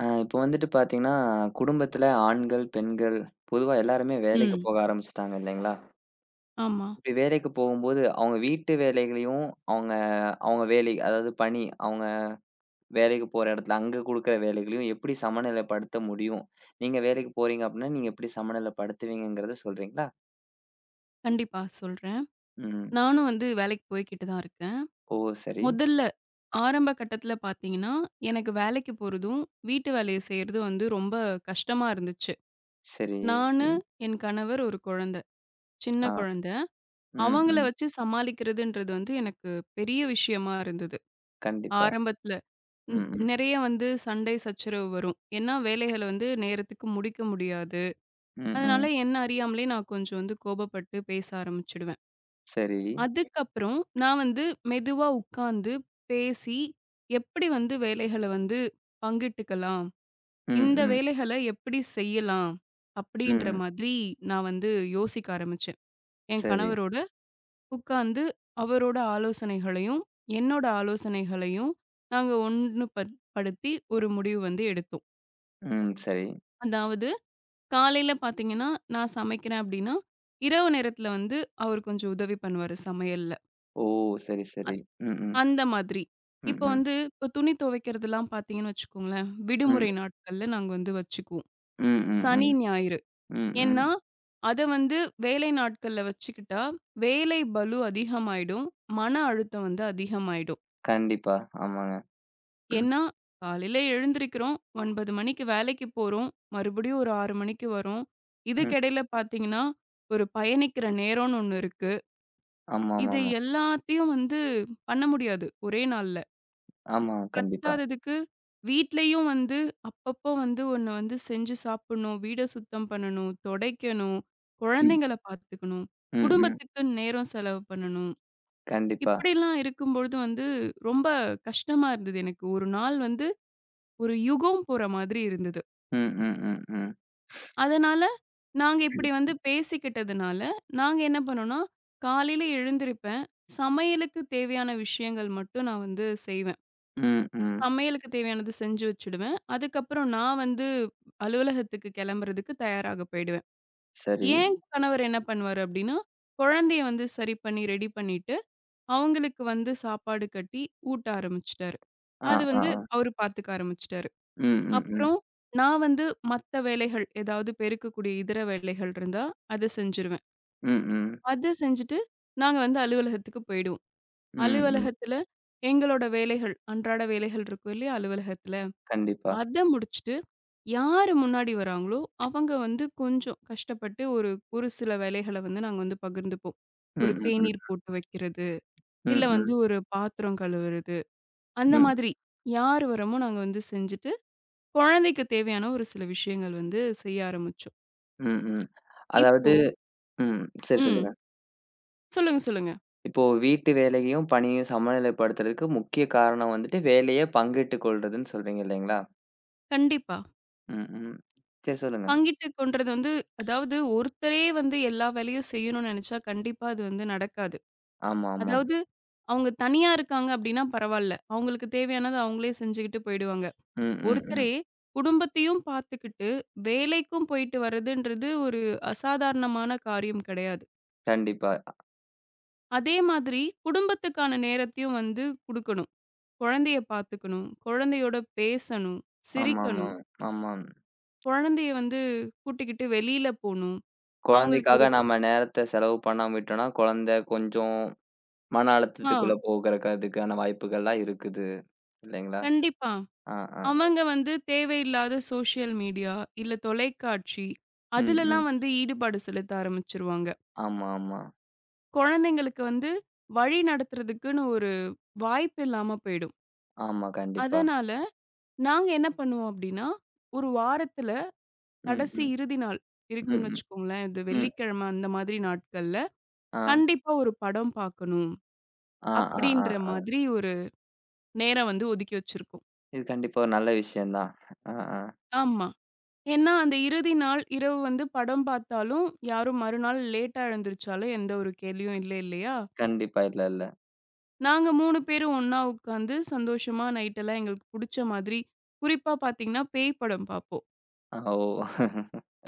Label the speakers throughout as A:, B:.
A: இப்போ வந்துட்டு பார்த்தீங்கன்னா, குடும்பத்தில ஆண்கள், பெண்கள் பொதுவா எல்லாருமே வேலைக்கு
B: ம்.
A: போக ஆரம்பிச்சுட்டாங்க இல்லைங்களா?
B: ஆமா.
A: இப்படி வேலைக்கு போகும்போது, அவங்க வீட்டு வேலைகளையும், அவங்க அவங்க வேலை அதாவது பணி, அவங்க வேலைக்கு போற இடத்துல அங்க குடுக்குற வேலைகளையும் எப்படி சமநிலைப்படுத்த முடியும்? நீங்க வேலைக்கு போறீங்க அப்படின்னா, நீங்க எப்படி சமநிலைப்படுத்துவீங்கங்கிறத சொல்றீங்களா?
B: கண்டிப்பா சொல்றேன்.
A: ம்.
B: நானும் வந்து வேலைக்கு போய்க்கிட்டு தான் இருக்கேன்.
A: ஓ! சரி,
B: முதல்ல ஆரம்ப கட்டத்தில பார்த்தீங்கன்னா, எனக்கு வேலைக்கு போறதும், வீட்டு வேலைய செய்றதும் வந்து ரொம்ப கஷ்டமா இருந்துச்சு.
A: சரி.
B: நானு, என் கணவர், ஒரு குழந்த. சின்ன
A: ஆ.
B: குழந்த.
A: ம்,
B: அவங்கள
A: ம்.
B: வச்சு சமாளிக்கிறதுன்றது வந்து எனக்கு பெரிய விஷயமா இருந்தது.
A: கண்டிப்பா.
B: ஆரம்பத்தில ன்
A: ம், ம்.
B: நெறைய வந்து சண்டை, சச்சரவு வரும். ஏன்னா வேலைகள வந்து நேரத்துக்கு முடிக்க முடியாது.
A: ம்,
B: அதனால
A: ம்.
B: என்ன அறியாமலே நான் கொஞ்சம் வந்து கோபப்பட்டு பேச ஆரம்பிச்சுடுவேன்.
A: சரி.
B: அதுக்கப்புறம் நான் வந்து மெதுவா உட்கார்ந்து பேசி, எப்படி வந்து வேலைகள வந்து பங்கிட்டுக்கலாம்?
A: ம்,
B: இந்த
A: ம்.
B: வேலைகள எப்படி செய்யலாம்?
A: ம்,
B: அப்படின்ற
A: ம்.
B: மாதிரி நான் வந்து யோசிக்க ஆரம்பிச்சேன். என்
A: சரி.
B: கணவரோட உட்கார்ந்து அவரோட ஆலோசனைகளையும், என்னோட ஆலோசனைகளையும் நாங்க ஒண்ணுபட் படுத்தி ஒரு முடிவு வந்து எடுத்தோம்.
A: ம், சரி.
B: அதாவது காலையில பார்த்தீங்கன்னா, நான் சமைக்கிறேன் அப்படின்னா, இரவு நேரத்தில வந்து அவர் கொஞ்சம் உதவி பண்ணுவாரு சமையல்ல.
A: ஓ! சரி, சரி. ம், ம்.
B: அந்த மாதிரி.
A: ம்,
B: இப்ப
A: ம்.
B: வந்து இப்ப துணி துவைக்கிறதெல்லாம் பார்த்தீங்கன்னு வச்சுக்கோங்களேன்,
A: ம்.
B: விடுமுறை நாட்கள்ல நாங்க வந்து வச்சுக்குவோம்.
A: ம், ம்,
B: சனி,
A: ம்.
B: ஞாயிறு.
A: ம்,
B: ஏன்னா,
A: ம்.
B: அத வந்து வேலை நாட்கள்ல வச்சுக்கிட்டா, வேலை பளு அதிகமாயிடும். மன அழுத்தம் வந்து அதிகமாயிடும்.
A: கண்டிப்பா. ஆமாங்க.
B: ஏன்னா, காலையில எழுந்திரிக்கிறோம், 9 மணிக்கு வேலைக்கு போறோம், மறுபடியும் ஒரு 6 மணிக்கு வரோம்.
A: ம்.
B: இதுக்கிடையில பார்த்தீங்கன்னா, ஒரு பயணிக்கிற நேரம்னு ஒண்ணு இருக்கு. இது
A: ஆமாமாமா.
B: எல்லாத்தையும் வந்து பண்ண முடியாது, ஒரே நாள்ல.
A: ஆமா, கண்டிப்பா.
B: பத்தாததுக்கு, வீட்லயும் வந்து அப்பப்போ வந்து ஒண்ணு வந்து செஞ்சு சாப்பிடணும், வீட சுத்தம் பண்ணணும், தொடைக்கணும்,
A: ம்.
B: குழந்தைங்கள பார்த்துக்கணும்,
A: ம், ம்.
B: குடும்பத்துக்கு நேரம் செலவு பண்ணணும்.
A: கண்டிப்பா.
B: இப்படிலாம் இருக்கும்பொழுது வந்து ரொம்ப கஷ்டமா இருந்தது எனக்கு. ஒரு நாள் வந்து ஒரு யுகம் போற மாதிரி இருந்தது.
A: ம், ம், ம், ம்.
B: அதனால நாங்க இப்படி வந்து பேசிக்கிட்டதுனால, நாங்க என்ன பண்ணோம்னா, காலையில எழுந்திருப்பேன். சமையலுக்கு தேவையான விஷயங்கள் மட்டும் நான் வந்து செய்வேன்.
A: ம், ம்.
B: சமையலுக்கு தேவையானது செஞ்சு வச்சுடுவேன். அதுக்கப்புறம் நான் வந்து அலுவலகத்துக்கு கிளம்புறதுக்கு தயாராக போயிடுவேன்.
A: சரி.
B: என் கணவர் என்ன பண்ணுவாரு அப்டின்னா, குழந்தைய வந்து சரி பண்ணி ரெடி பண்ணிட்டு, அவங்களுக்கு வந்து சாப்பாடு கட்டி ஊட்ட ஆரம்பிச்சுட்டாரு.
A: ஆ,
B: அது
A: ஆ,
B: வந்து
A: ஆ.
B: அவரு பார்த்துக்க ஆரம்பிச்சுட்டாரு.
A: ம், ம், ம்.
B: அப்புறம் நான் வந்து மத்த வேலைகள் ஏதாவது பெருக்கக்கூடிய இதர வேலைகள் இருந்தா, அத செஞ்சுருவேன்.
A: ம், ம்.
B: அத செஞ்சுட்டு நாங்க வந்து அலுவலகத்துக்கு போயிடுவோம்.
A: ம், ம்.
B: அலுவலகத்துல எங்களோட வேலைகள், அன்றாட வேலைகள் இருக்கும் இல்லையா அலுவலகத்துல,
A: கண்டிப்பா.
B: அத முடிச்சுட்டு யாரு முன்னாடி வராங்களோ, அவங்க வந்து கொஞ்சம் கஷ்டப்பட்டு ஒரு ஒரு சில வேலைகள வந்து நாங்க வந்து பகிர்ந்துப்போம்.
A: ம்,
B: ஒரு
A: ம், ம்.
B: தேநீர் போட்டு வைக்கிறது, இல்ல
A: ம்,
B: வந்து
A: ம்.
B: ஒரு பாத்திரம் கழுவுறது, அந்த
A: ம்.
B: மாதிரி. யார் வரோமோ நாங்க வந்து செஞ்சுட்டு, குழந்தைக்கு தேவையான ஒரு சில விஷயங்கள் வந்து செய்ய ஆரம்பிச்சோம்.
A: ம், ம்.
B: இப்போ
A: அதாவது ம். சரி
B: ம்.
A: சொல்லுங்க.
B: சொல்லுங்க, சொல்லுங்க.
A: இப்போ வீட்டு வேலையும், பணியும் சமநிலைப்படுத்துறதுக்கு முக்கிய காரணம் வந்துட்டு, வேலைய பங்கிட்டுக் கொள்றதுன்னு சொல்றீங்க இல்லைங்களா?
B: கண்டிப்பா.
A: ம், ம். சரி சொல்லுங்க.
B: பங்கிட்டுக் கொண்றது வந்து அதாவது ஒருத்தரே வந்து எல்லா வேலையும் செய்யணும்னு நெனச்சா கண்டிப்பா அது வந்து நடக்காது.
A: ஆமா, ஆமாம்.
B: அதாவது அவங்க தனியா இருக்காங்க அப்டின்னா பரவால்ல. அவங்களுக்கு தேவையானத அவங்களே செஞ்சுகிட்டு போயிடுவாங்க.
A: ம், ம், ம்.
B: ஒருத்தரே குடும்பத்தையும் பார்த்துக்கிட்டு, வேலைக்கும் போயிட்டு வர்றதுன்றது ஒரு அசாதாரணமான காரியம் கிடையாது.
A: கண்டிப்பா.
B: அதே மாதிரி குடும்பத்துக்கான நேரத்தையும் வந்து குடுக்கணும். குழந்தைய பார்த்துக்கணும், குழந்தையோட பேசணும்,
A: ஆமா, ஆமா,
B: சிரிக்கணும்,
A: ஆமாம்.
B: குழந்தைய வந்து கூட்டிக்கிட்டு வெளியில போணும். அவங்களுக்கு
A: குழந்தைக்காக
B: ஒரு
A: நம்ம நேரத்த செலவு பண்ணாம விட்டோம்னா, குழந்தை கொஞ்சம் மன
B: ஆ
A: அழுத்தத்துக்குள்ள போகறக்கு அதுக்கான வாய்ப்புகள்லாம் இருக்குது. இல்லைங்களா?
B: கண்டிப்பா.
A: ஆ, ஆ.
B: அவங்க வந்து தேவையில்லாத சோசியல் மீடியா, இல்ல தொலைக்காட்சி
A: ம், ம்.
B: அதுலலாம் வந்து ஈடுபாடு செலுத்த ஆரம்பிச்சுருவாங்க.
A: ஆமா, ஆமா.
B: குழந்தைங்களுக்கு வந்து வழி நடத்துறதுக்குன்னு ஒரு வாய்ப்பு இல்லாம போயிடும்.
A: ஆமா, கண்டிப்பா.
B: அதனால நாங்க என்ன பண்ணுவோம் அப்டின்னா, ஒரு வாரத்துல
A: ம்,
B: கடைசி
A: ம்.
B: இறுதி நாள்
A: ம்,
B: இருக்குன்னு
A: ம்.
B: வச்சுக்கோங்களேன். இது
A: ம்.
B: வெள்ளிக்கிழமை அந்த மாதிரி நாட்கள்ல,
A: ஆ.
B: கண்டிப்பா ஒரு படம் பார்க்கணும்
A: ஆ, ஆ, ஆ,
B: அப்டின்ற
A: ஆ.
B: மாதிரி ஒரு நேரம் வந்து ஒதுக்கி வச்சிருக்கோம்.
A: இது கண்டிப்பா ஒரு நல்ல விஷயம் தான். ஆ, ஆ.
B: ஆமா. ஏன்னா அந்த இறுதி நாள் இரவு வந்து படம் பார்த்தாலும், யாரும் மறுநாள் லேட்டா எழுந்திரிச்சாலும் எந்த ஒரு கேள்வியும் இல்ல இல்லையா?
A: கண்டிப்பா. இல்ல, இல்ல.
B: நாங்க 3 பேரும் ஒண்ணா உட்காந்து சந்தோஷமா நைட்டெல்லாம் எங்களுக்கு புடிச்ச மாதிரி குறிப்பா பார்த்தீங்கன்னா, பேய் படம் பார்ப்போம்.
A: ஆ, ஓ!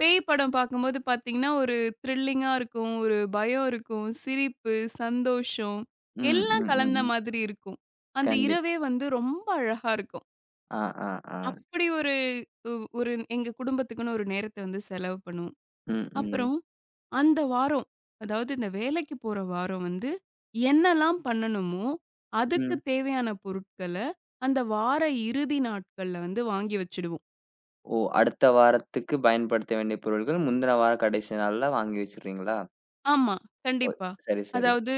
B: பேய் படம் பார்க்கும்போது பார்த்தீங்கன்னா, ஒரு த்ரில்லிங்கா இருக்கும். ஒரு பயம் இருக்கும். சிரிப்பு, சந்தோஷம்
A: ம், ம்,
B: எல்லாம்
A: ம்,
B: கலந்த
A: ம்.
B: மாதிரி இருக்கும். அந்த
A: கண்டிப்பா.
B: இரவே வந்து ரொம்ப அழகா இருக்கும்.
A: ஆ, ஆ, ஆ.
B: அப்படி ஒரு ஒ ஒரு எங்க குடும்பத்துக்குன்னு ஒரு நேரத்த வந்து செலவு பண்ணுவோம்.
A: ம், ம்,
B: அப்புறம் அந்த வாரம், அதாவது இந்த வேலைக்கு போற வாரம் வந்து என்னலாம் பண்ணணுமோ, அதுக்கு
A: ம்.
B: தேவையான பொருட்கள அந்த வார இறுதி நாட்கள்ல வந்து வாங்கி வச்சுடுவோம்.
A: ஓ! அடுத்த வாரத்துக்கு பயன்படுத்த வேண்டிய பொருள்கள் முந்தின வார கடைசி நாள்ல வாங்கி வச்சுடுறீங்களா?
B: ஆமா,
A: ஓ!
B: கண்டிப்பா.
A: சரி, சரி.
B: அதாவது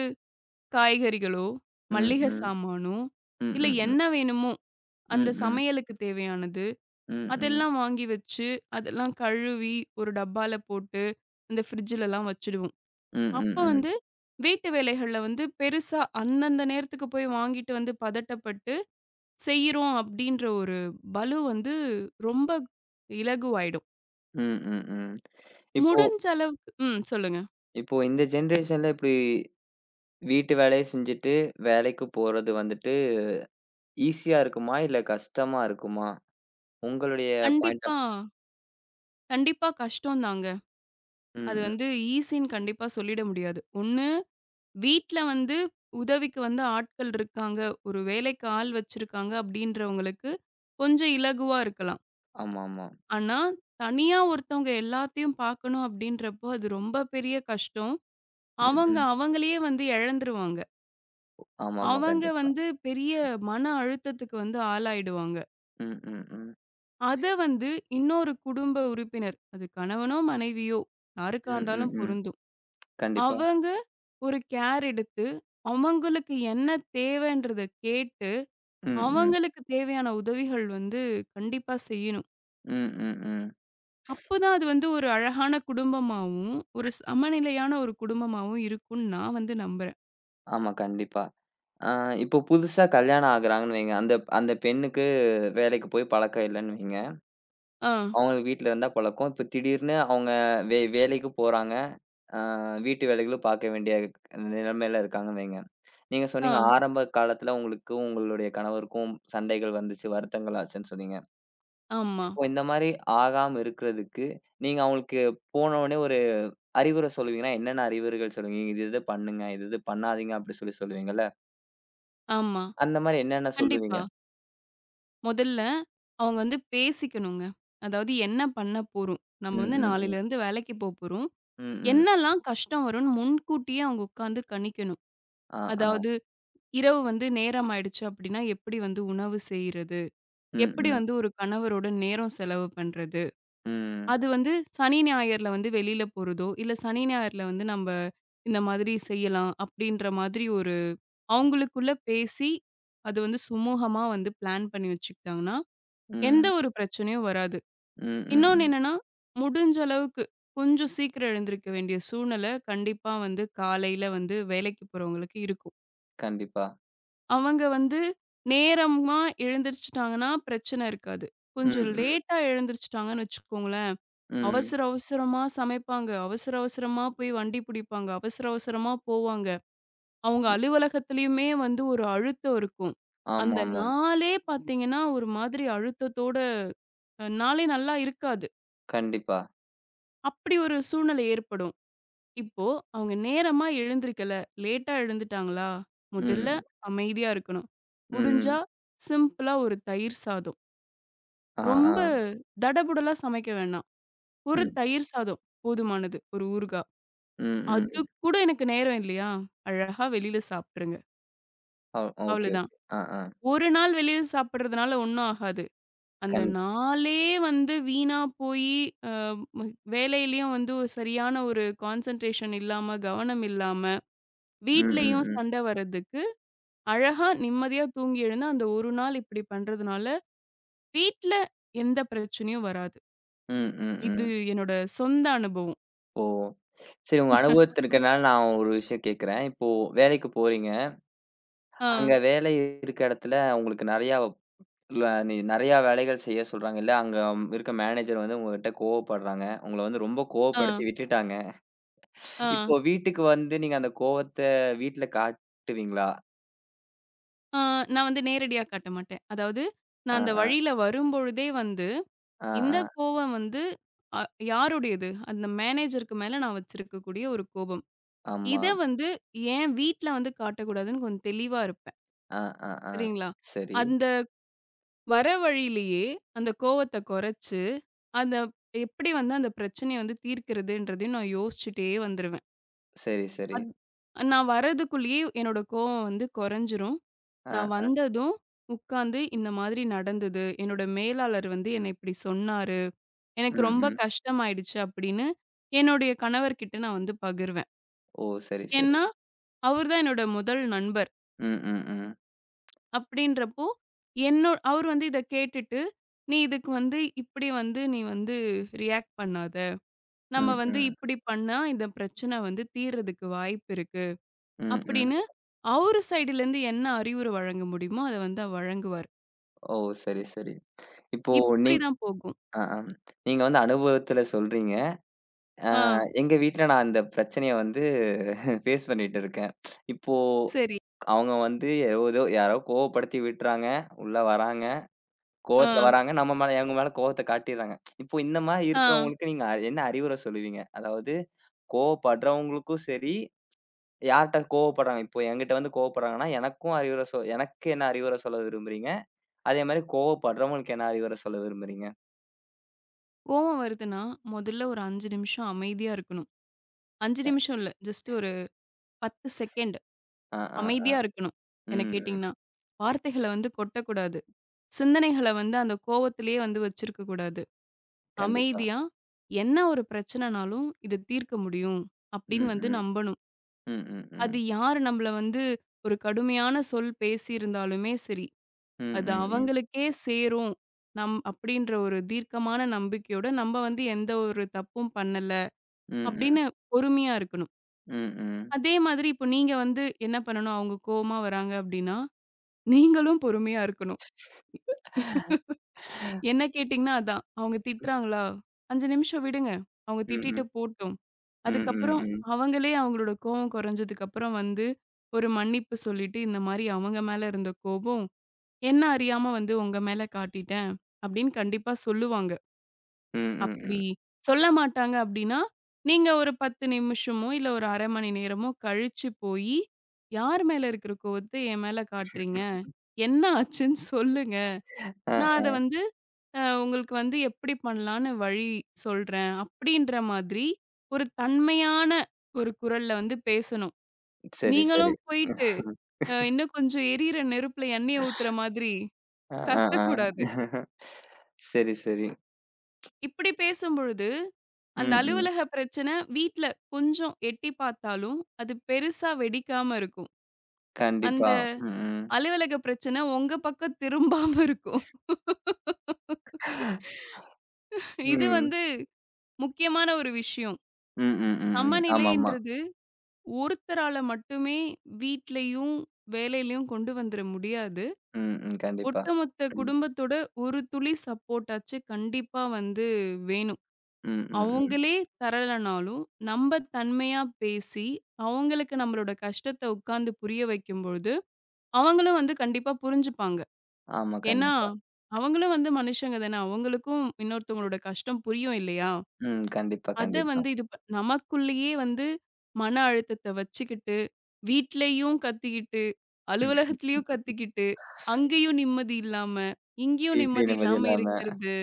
B: காய்கறிகளோ,
A: ம்,
B: மல்லிகை
A: ம்.
B: சாமானோ,
A: ம்,
B: இல்ல
A: ம், ம்.
B: என்ன வேணுமோ அந்த
A: ம், ம்.
B: சமையலுக்கு தேவையானது,
A: ம், ம்.
B: அதெல்லாம் வாங்கி வச்சு, அதெல்லாம் கழுவி ஒரு டப்பால போட்டு, இந்த ஃப்ரிட்ஜ்லலாம் வச்சுடுவோம்.
A: ம்,
B: அப்ப
A: ம், ம்.
B: வந்து வீட்டு வேலைகள்ல வந்து பெருசா அந்தந்த நேரத்துக்கு போய் வாங்கிட்டு வந்து பதட்டப்பட்டு செய்றோம் அப்படின்ற ஒரு பளு வந்து ரொம்ப இலகுவாயிடும்.
A: ம், ம், ம். இப்போ
B: முடிஞ்ச அளவுக்கு ம் சொல்லுங்க.
A: இப்போ இந்த ஜெனரேஷன்ல இப்டி வீட்டு வேலைய செஞ்சுட்டு வேலைக்கு போறது வந்துட்டு ஈஸியா இருக்குமா? இல்ல கஷ்டமா இருக்குமா? உங்களுடைய பாயிண்ட்
B: கண்டிப்பா,
A: ஆஃப்
B: கண்டிப்பா கஷ்டம் தாங்க. அது
A: ம், ம்.
B: வந்து ஈசின்னு கண்டிப்பா சொல்லிட முடியாது. ஒண்ணு வீட்ல வந்து உதவிக்கு வந்து ஆட்கள் இருக்காங்க. ஒரு வேலைக்கு ஆள் வச்சிருக்காங்க அப்டின்றவங்களுக்கு கொஞ்சம் இலகுவா இருக்கலாம்.
A: ஆமாமா.
B: ஆனா, தனியா ஒருத்தவங்க எல்லாத்தையும் பார்க்கணும் அப்டின்றப்போ, அது ரொம்ப பெரிய கஷ்டம்.
A: ம்,
B: அவங்க
A: ம்.
B: அவங்களையே வந்து இழந்துருவாங்க.
A: ஆமாமா.
B: அவங்க
A: கண்டிப்பா.
B: வந்து பெரிய மன அழுத்தத்துக்கு வந்து ஆளாயிடுவாங்க.
A: ம், ம், ம்.
B: அத வந்து இன்னொரு குடும்ப உறுப்பினர், அது கணவனோ, மனைவியோ யாருக்கா
A: ம், ம்,
B: இருந்தாலும்
A: ம்.
B: பொருந்தும்.
A: கண்டிப்பா.
B: அவங்க ஒரு கேர் எடுத்து, அவங்களுக்கு என்ன தேவைன்றத கேட்டு
A: ம், ம்.
B: அவங்களுக்கு தேவையான உதவிகள் வந்து கண்டிப்பா செய்யணும்.
A: ம், ம், ம்.
B: அப்பதான் அது வந்து ஒரு அழகான குடும்பமாவும், ஒரு சமநிலையான ஒரு குடும்பமாவும் இருக்கும்னு நான் வந்து நம்புறேன்.
A: ஆமா, கண்டிப்பா. ஆ இப்போ புதுசா கல்யாணம் ஆகுறாங்கன்னு வைங்க. அந்த அந்த பெண்ணுக்கு வேலைக்கு போய் பழக்கம் இல்லன்னு வைங்க.
B: ஆ,
A: அவங்களுக்கு வீட்ல இருந்தா பழக்கம். இப்ப திடீர்னு அவங்க வேலைக்கு போறாங்க. ஆ வீட்டு வேலைகளும் பார்க்க வேண்டிய நிலைமையில இருக்காங்கன்னு வைங்க. நீங்க
B: ஆ,
A: சொன்னீங்க ஆரம்ப காலத்துல உங்களுக்கும், உங்களுடைய கணவருக்கும் சண்டைகள் வந்துச்சு, வருத்தங்கள் ஆச்சுன்னு சொன்னீங்க.
B: ஆமா,
A: இப்போ இந்த மாரி ஆகாம இருக்கிறதுக்கு, நீங்க அவங்களுக்கு போன உடனே ஒரு அறிவுரை சொல்லுவீங்கன்னா, என்னென்ன அறிவுரைகள் சொல்லுவீங்க? "இது இது பண்ணுங்க. இது இது பண்ணாதீங்க." அப்படி சொல்லி சொல்லுவீங்கல்ல?
B: ஆமா.
A: அந்த மாரி என்னென்ன சொல்லுவீங்க?
B: கண்டிப்பா. முதல்ல அவங்க வந்து பேசிக்கணுங்க. அதாவது என்ன பண்ண போறோம்? நம்ம
A: ம்,
B: வந்து
A: ம், ம்.
B: நாளையிலருந்து வேலைக்கு போப்போறோம்.
A: ம், ம்.
B: என்னலாம் கஷ்டம் வரும்னு முன்கூட்டியே அவங்க உட்காந்து கணிக்கணும்.
A: ஆ, ஆ.
B: அதாவது இரவு வந்து நேரம் ஆயிடுச்சு அப்படின்னா, எப்படி வந்து உணவு செய்றது?
A: ம்,
B: எப்படி
A: ம்.
B: வந்து ஒரு கணவரோட நேரம் செலவு பண்றது?
A: ம்.
B: அது வந்து சனி, ஞாயிறுல வந்து வெளில போறதோ, இல்ல சனி, ஞாயிறுல வந்து நம்ப இந்த மாதிரி செய்யலாம் அப்டின்ற மாதிரி ஒரு அவங்களுக்குள்ள பேசி, அது வந்து சுமூகமா வந்து பிளான் பண்ணி வச்சுக்கிட்டாங்கன்னா, எந்த
A: ம்.
B: ஒரு பிரச்சனையும் வராது.
A: ம், ம்,
B: இன்னொன்னு
A: ம்.
B: என்னன்னா, முடிஞ்ச அளவுக்கு கொஞ்சம் சீக்கிரம் எழுந்திருக்க வேண்டிய சூழ்நில கண்டிப்பா வந்து காலையில வந்து வேலைக்கு போறவங்களுக்கு இருக்கும்.
A: கண்டிப்பா.
B: அவங்க வந்து நேரமா எழுந்திரிச்சுட்டாங்கன்னா பிரச்சன இருக்காது.
A: ம்,
B: கொஞ்சம்
A: ம்.
B: லேட்டா எழுந்திரிச்சுட்டாங்கன்னு வச்சுக்கோங்களேன்
A: ம்.
B: அவசர அவசரமா சமைப்பாங்க. அவசர அவசரமா போய் வண்டி பிடிப்பாங்க. அவசர அவசரமா போவாங்க. அவங்க
A: ம்.
B: அலுவலகத்திலயுமே வந்து ஒரு அழுத்தம் இருக்கும். அந்த
A: ஆமாமாம்.
B: நாளே பார்த்தீங்கன்னா, ஒரு மாதிரி அழுத்தத்தோட அ நாளே நல்லா இருக்காது.
A: கண்டிப்பா.
B: அப்படி ஒரு சூழ்நிலை ஏற்படும். இப்போ அவங்க நேரமா எழுந்திரிக்கல, லேட்டா எழுந்துட்டாங்களா, முதல்ல
A: ம்.
B: அமைதியா இருக்கணும். முடிஞ்சா
A: ம்.
B: சிம்பிளா ஒரு தயிர் சாதம்.
A: ஆ, ஆ.
B: ரொம்ப தடபுடலா சமைக்க வேணாம். ஒரு
A: ம்.
B: தயிர் சாதம் போதுமானது. ஒரு ஊறுகா.
A: ம், ம்,
B: அதுக்கு
A: ம்.
B: கூட எனக்கு நேரம் இல்லையா? அழகா வெளில சாப்ட்டுருங்க.
A: ஓ ஓகே,
B: அவ்வளதான்.
A: ஓகே. ஆ, ஆ.
B: ஒரு நாள் வெளில சாப்பிடுறதுனால ஒண்ணும் ஆகாது. அந்த
A: கண்
B: நாளே வந்து வீணா போயி அ மு வேலையிலயும் வந்து ஒரு சரியான ஒரு கான்சன்ட்ரேஷன் இல்லாம, கவனம் இல்லாம,
A: ம், ம்,
B: வீட்லயும்
A: ம்.
B: சண்ட வர்றதுக்கு, அழகா நிம்மதியா தூங்கி எழுந்து அந்த ஒரு நாள் இப்டி பண்றதுனால, வீட்ல எந்த பிரச்சனையும் வராது.
A: ம், ம்,
B: இது
A: ம்.
B: என்னோட சொந்த அனுபவம்.
A: ஓ! சரி உங்க அனுபவத்துல இருக்கனால நான் ஒரு விஷயம் கேட்கிறேன். இப்போ வேலைக்கு போறீங்க.
B: ஆ,
A: அங்க வேலை இருக்க இடத்துல உங்களுக்கு நெறையா இல்ல, நீ நெறையா வேலைகள் செய்ய சொல்றாங்க இல்ல. அங்க இருக்க மேனேஜர் வந்து உங்ககிட்ட கோவப்படுறாங்க. உங்கள வந்து ரொம்ப
B: ஆ,
A: கோவப்படுத்தி விட்டுட்டாங்க.
B: ஆ.
A: இப்போ வீட்டுக்கு வந்து நீங்க அந்த கோவத்த வீட்ல காட்டுவீங்களா?
B: ஆ, நான் வந்து நேரடியா காட்ட மாட்டேன். அதாவது,
A: அ,
B: நான் அந்த
A: அ,
B: வழியில வரும்பொழுதே வந்து,
A: அ, அ.
B: இந்த கோவம் வந்து அ யாருடையது? அந்த மேனேஜருக்கு மேல நான் வச்சிருக்கக்கூடிய ஒரு கோபம்.
A: ஆமா.
B: இத வந்து ஏன் வீட்ல வந்து காட்டக்கூடாதுன்னு கொஞ்சம் தெளிவா இருப்பேன்.
A: அ, அ, அ.
B: சரிங்களா?
A: சரி,
B: அந்த வர வழியிலேயே அந்த கோவத்த கொறச்சு, அந்த எப்படி வந்து அந்த பிரச்சனைய வந்து தீர்க்கிறதுன்றதையும் நான் யோசிச்சுட்டே வந்துருவேன்.
A: சரி, சரி.
B: அத் நான் வரதுக்குள்ளேயே என்னோட கோவம் வந்து கொறஞ்சிரும்.
A: அ,
B: நான்
A: அ.
B: வந்ததும் உட்கார்ந்து இந்த மாதிரி நடந்தது. என்னோட மேலாளர் வந்து என்ன இப்படி சொன்னாரு. எனக்கு
A: ம்,
B: ரொம்ப
A: ம்.
B: கஷ்டமாயிடுச்சு அப்படின்னு என்னுடைய கணவர்கிட்ட நான் வந்து பகிர்வேன்.
A: ஓ! சரி, சரி.
B: ஏன்னா, அவர் தான் என்னோட முதல் நண்பர்.
A: ம், ம், ம்.
B: அப்படின்றப்போ அவர் வந்து இத கேட்டுட்டு, "நீ இதுக்கு வந்து இப்படி வந்து நீ வந்து ரியாக்ட் பண்ணாத. நம்ம
A: ம்,
B: வந்து
A: ம்.
B: இப்படி பண்ணா இந்த பிரச்சனை வந்து தீர்றதுக்கு வாய்ப்பு இருக்கு."
A: ம், ம்.
B: அப்படின்னு அவரு சைடுல இருந்து என்ன அறிவுரை வழங்க முடியுமோ அத வந்து வழங்குவார்.
A: ஓ! சரி, சரி. இப்போ
B: இப்படி
A: நீங்
B: தான் போகும்.
A: அ, அ. நீங்க வந்து அனுபவத்துல சொல்றீங்க. ஆ
B: ஆ.
A: எங்க வீட்ல நான் அந்த பிரச்சனைய வந்து ஃபேஸ் பண்ணிட்டு இருக்கேன். இப்போ
B: சரி.
A: அவங்க வந்து ஏதோ யாரோ கோவப்படுத்தி விட்டுறாங்க. உள்ள வராங்க.
B: ஆ,
A: கோவத்துல வராங்க. நம்ம மேல அவங்க மேல கோவத்த காட்டிர்றாங்க. இப்போ இந்த மாரி
B: ஆ.
A: இருக்கிறவங்களுக்கு நீங்க என்ன அறிவுரை சொல்லுவீங்க? அதாவது கோவப்படுறவங்களுக்கும் சரி, யார்ட்ட கோவப்படுறாங்க? இப்போ என்கிட்ட வந்து கோவப்படுறாங்கன்னா, எனக்கும் அறிவுரை சொ எனக்கு என்ன அறிவுரை சொல்ல விரும்புறீங்க? அதே மாரி கோவப்படுறவங்களுக்கு என்ன அறிவுரை சொல்ல விரும்புறீங்க?
B: கோவம் வருதுன்னா, முதல்ல ஒரு 5 நிமிஷம் அமைதியா இருக்கணும். 5 நிமிஷம் இல்ல. ஜஸ்ட் ஒரு 10 செகண்ட்
A: ஆ, ஆ, ஆ.
B: அமைதியா இருக்கணும், என்ன
A: ம், ம்.
B: கேட்டீங்கன்னா. வார்த்தைகள வந்து கொட்டக்கூடாது. சிந்தனைகள வந்து அந்த கோவத்திலேயே வந்து வச்சிருக்க கூடாது.
A: கண்டிப்பா.
B: அமைதியா, என்ன ஒரு பிரச்சனனாலும் இத தீர்க்க முடியும், அப்படின்னு
A: ம்,
B: வந்து
A: ம்.
B: நம்பணும்.
A: ம், ம்,
B: அது
A: ம்.
B: யாரு நம்மள வந்து ஒரு கடுமையான சொல் பேசியிருந்தாலுமே சரி,
A: ம்,
B: அது
A: ம், ம்.
B: அவங்களுக்கே சேரும். நம் அப்படின்ற ஒரு தீர்க்கமான நம்பிக்கையோட, நம்ம வந்து எந்த ஒரு தப்பும் பண்ணல.
A: Mm, mm.
B: அப்படின்னு பொறுமையா இருக்கணும்.
A: Mm, mm,
B: அதே மாதிரி இப்போ நீங்க வந்து என்ன பண்ணணும், அவங்க கோவமா வராங்க அப்படின்னா, நீங்களும் பொறுமையா இருக்கணும். என்ன கேட்டீங்கன்னா அதான். அவங்க திட்டுறாங்களா? 5 நிமிஷம் விடுங்க. அவங்க திட்டிட்டு போட்டும்.
A: mm,
B: அதுக்கப்புறம்
A: mm.
B: அவங்களே அவங்களோட கோவம் குறைஞ்சதுக்கு அப்புறம் வந்து ஒரு மன்னிப்பு சொல்லிட்டு, இந்த மாரி அவங்க மேல இருந்த கோபம் என்ன அறியாம வந்து உங்க மேல காட்டிட்டேன் அப்படின்னு கண்டிப்பா சொல்லுவாங்க. அப்படி சொல்ல மாட்டாங்க அப்படின்னா, நீங்க ஒரு 10 நிமிஷமோ, இல்ல ஒரு 1/2 மணி நேரமோ கழிச்சு போயி, "யார் மேல இருக்கிற கோவத்த என் மேல காட்டுறீங்க? என்ன ஆச்சுன்னு சொல்லுங்க. நான்
A: ஆஹா,
B: அத வந்து அ உங்களுக்கு வந்து எப்படி பண்ணலான்னு வழி சொல்றேன்." அப்படின்ற மாதிரி ஒரு தன்மையான ஒரு குரல்ல வந்து பேசணும்.
A: சரி, சரி.
B: நீங்களும் போயிட்டு, அ இன்னும் கொஞ்சம் எரியிற நெருப்புல எண்ணெய ஊத்துற மாதிரி
A: அ, அ,
B: கத்தக்கூடாது.
A: ஆ. சரி, சரி.
B: இப்படி பேசும்பொழுது
A: ம்,
B: அந்த
A: ம்.
B: அலுவலக பிரச்சனை வீட்ல கொஞ்சம் எட்டி பார்த்தாலும், அது பெருசா வெடிக்காம இருக்கும். அந்த
A: கண்டிப்பா. ம், ம்.
B: அலுவலக பிரச்சனை உங்க பக்கம் திரும்பாம இருக்கும். இது
A: ம்,
B: வந்து முக்கியமான ஒரு விஷயம்.
A: ம், ம், ம். ம். ஆமாமா.
B: சமநிலைன்றது ஒருத்தரால மட்டுமே வீட்லயும், வேலையிலயும் கொண்டு வந்துர முடியாது.
A: ம், ம். கண்டிப்பா.
B: ஒட்டுமொத்த
A: ம்,
B: குடும்பத்தோட ஒரு துளி சப்போர்ட்டாச்சு கண்டிப்பா வந்து வேணும்.
A: ம், ம், ம்.
B: அவங்களே தரலனாலும், நம்ப தன்மையா பேசி, அவங்களுக்கு நம்மளோட கஷ்டத்த உட்கார்ந்து புரிய வைக்கும்பொழுது, அவங்களும் வந்து கண்டிப்பா புரிஞ்சுப்பாங்க.
A: ஆமா,
B: ஏன்னா,
A: கண்டிப்பா.
B: அவங்களும் வந்து மனுஷங்க தானே! அவங்களுக்கும் இன்னொருத்தவங்களோட கஷ்டம் புரியும் இல்லயா!
A: ம். கண்டிப்பா,
B: அத
A: கண்டிப்பா.
B: வந்து இது ப நமக்குள்ளேயே வந்து மன அழுத்தத்த வச்சுக்கிட்டு, வீட்லயும் கத்திக்கிட்டு, அலுவலகத்திலயும் கத்திக்கிட்டு, அங்கேயும் நிம்மதி இல்லாம, இங்கேயும்
A: வீட்லயே
B: நிம்மதி
A: நிம்மதி
B: இல்லாம
A: இல்லாம.
B: இருக்கிறது,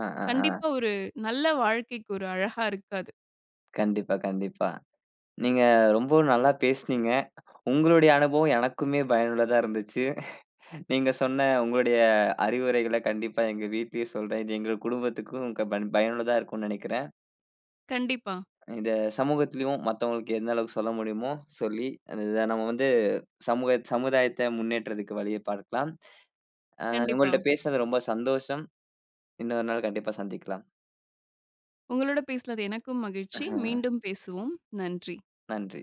A: அ, அ, ஆ.
B: கண்டிப்பா ஒரு நல்ல வாழ்க்கைக்கு ஒரு அழகா இருக்காது.
A: கண்டிப்பா, கண்டிப்பா. நீங்க ரொம்பவும் நல்லா பேசுனீங்க. உங்களுடைய அனுபவம் எனக்குமே பயனுள்ளதா இருந்துச்சு. நீங்க சொன்ன உங்களுடைய அறிவுரைகள கண்டிப்பா எங்க வீட்லயும் சொல்றேன். இது எங்க குடும்பத்துக்கும் க பன் பயனுள்ளதா இருக்கும்னு நெனைக்கிறேன்.
B: கண்டிப்பா.
A: இத சமூகத்திலயும் மத்தவங்களுக்கு எந்த அளவுக்கு சொல்ல முடியுமோ சொல்லி, அத நம்ம வந்து சமூக சமுதாயத்த முன்னேற்றத்துக்கு வழிய பார்க்கலாம். அ
B: கண்டிப்பா.
A: உங்கள்ட்ட பேசுனது ரொம்ப சந்தோஷம். இன்னொரு நாள் கண்டிப்பா சந்திக்கலாம்.
B: உங்களோட பேசினது எனக்கும் மகிழ்ச்சி.
A: அஹ்
B: மீண்டும் பேசுவோம். நன்றி.
A: நன்றி.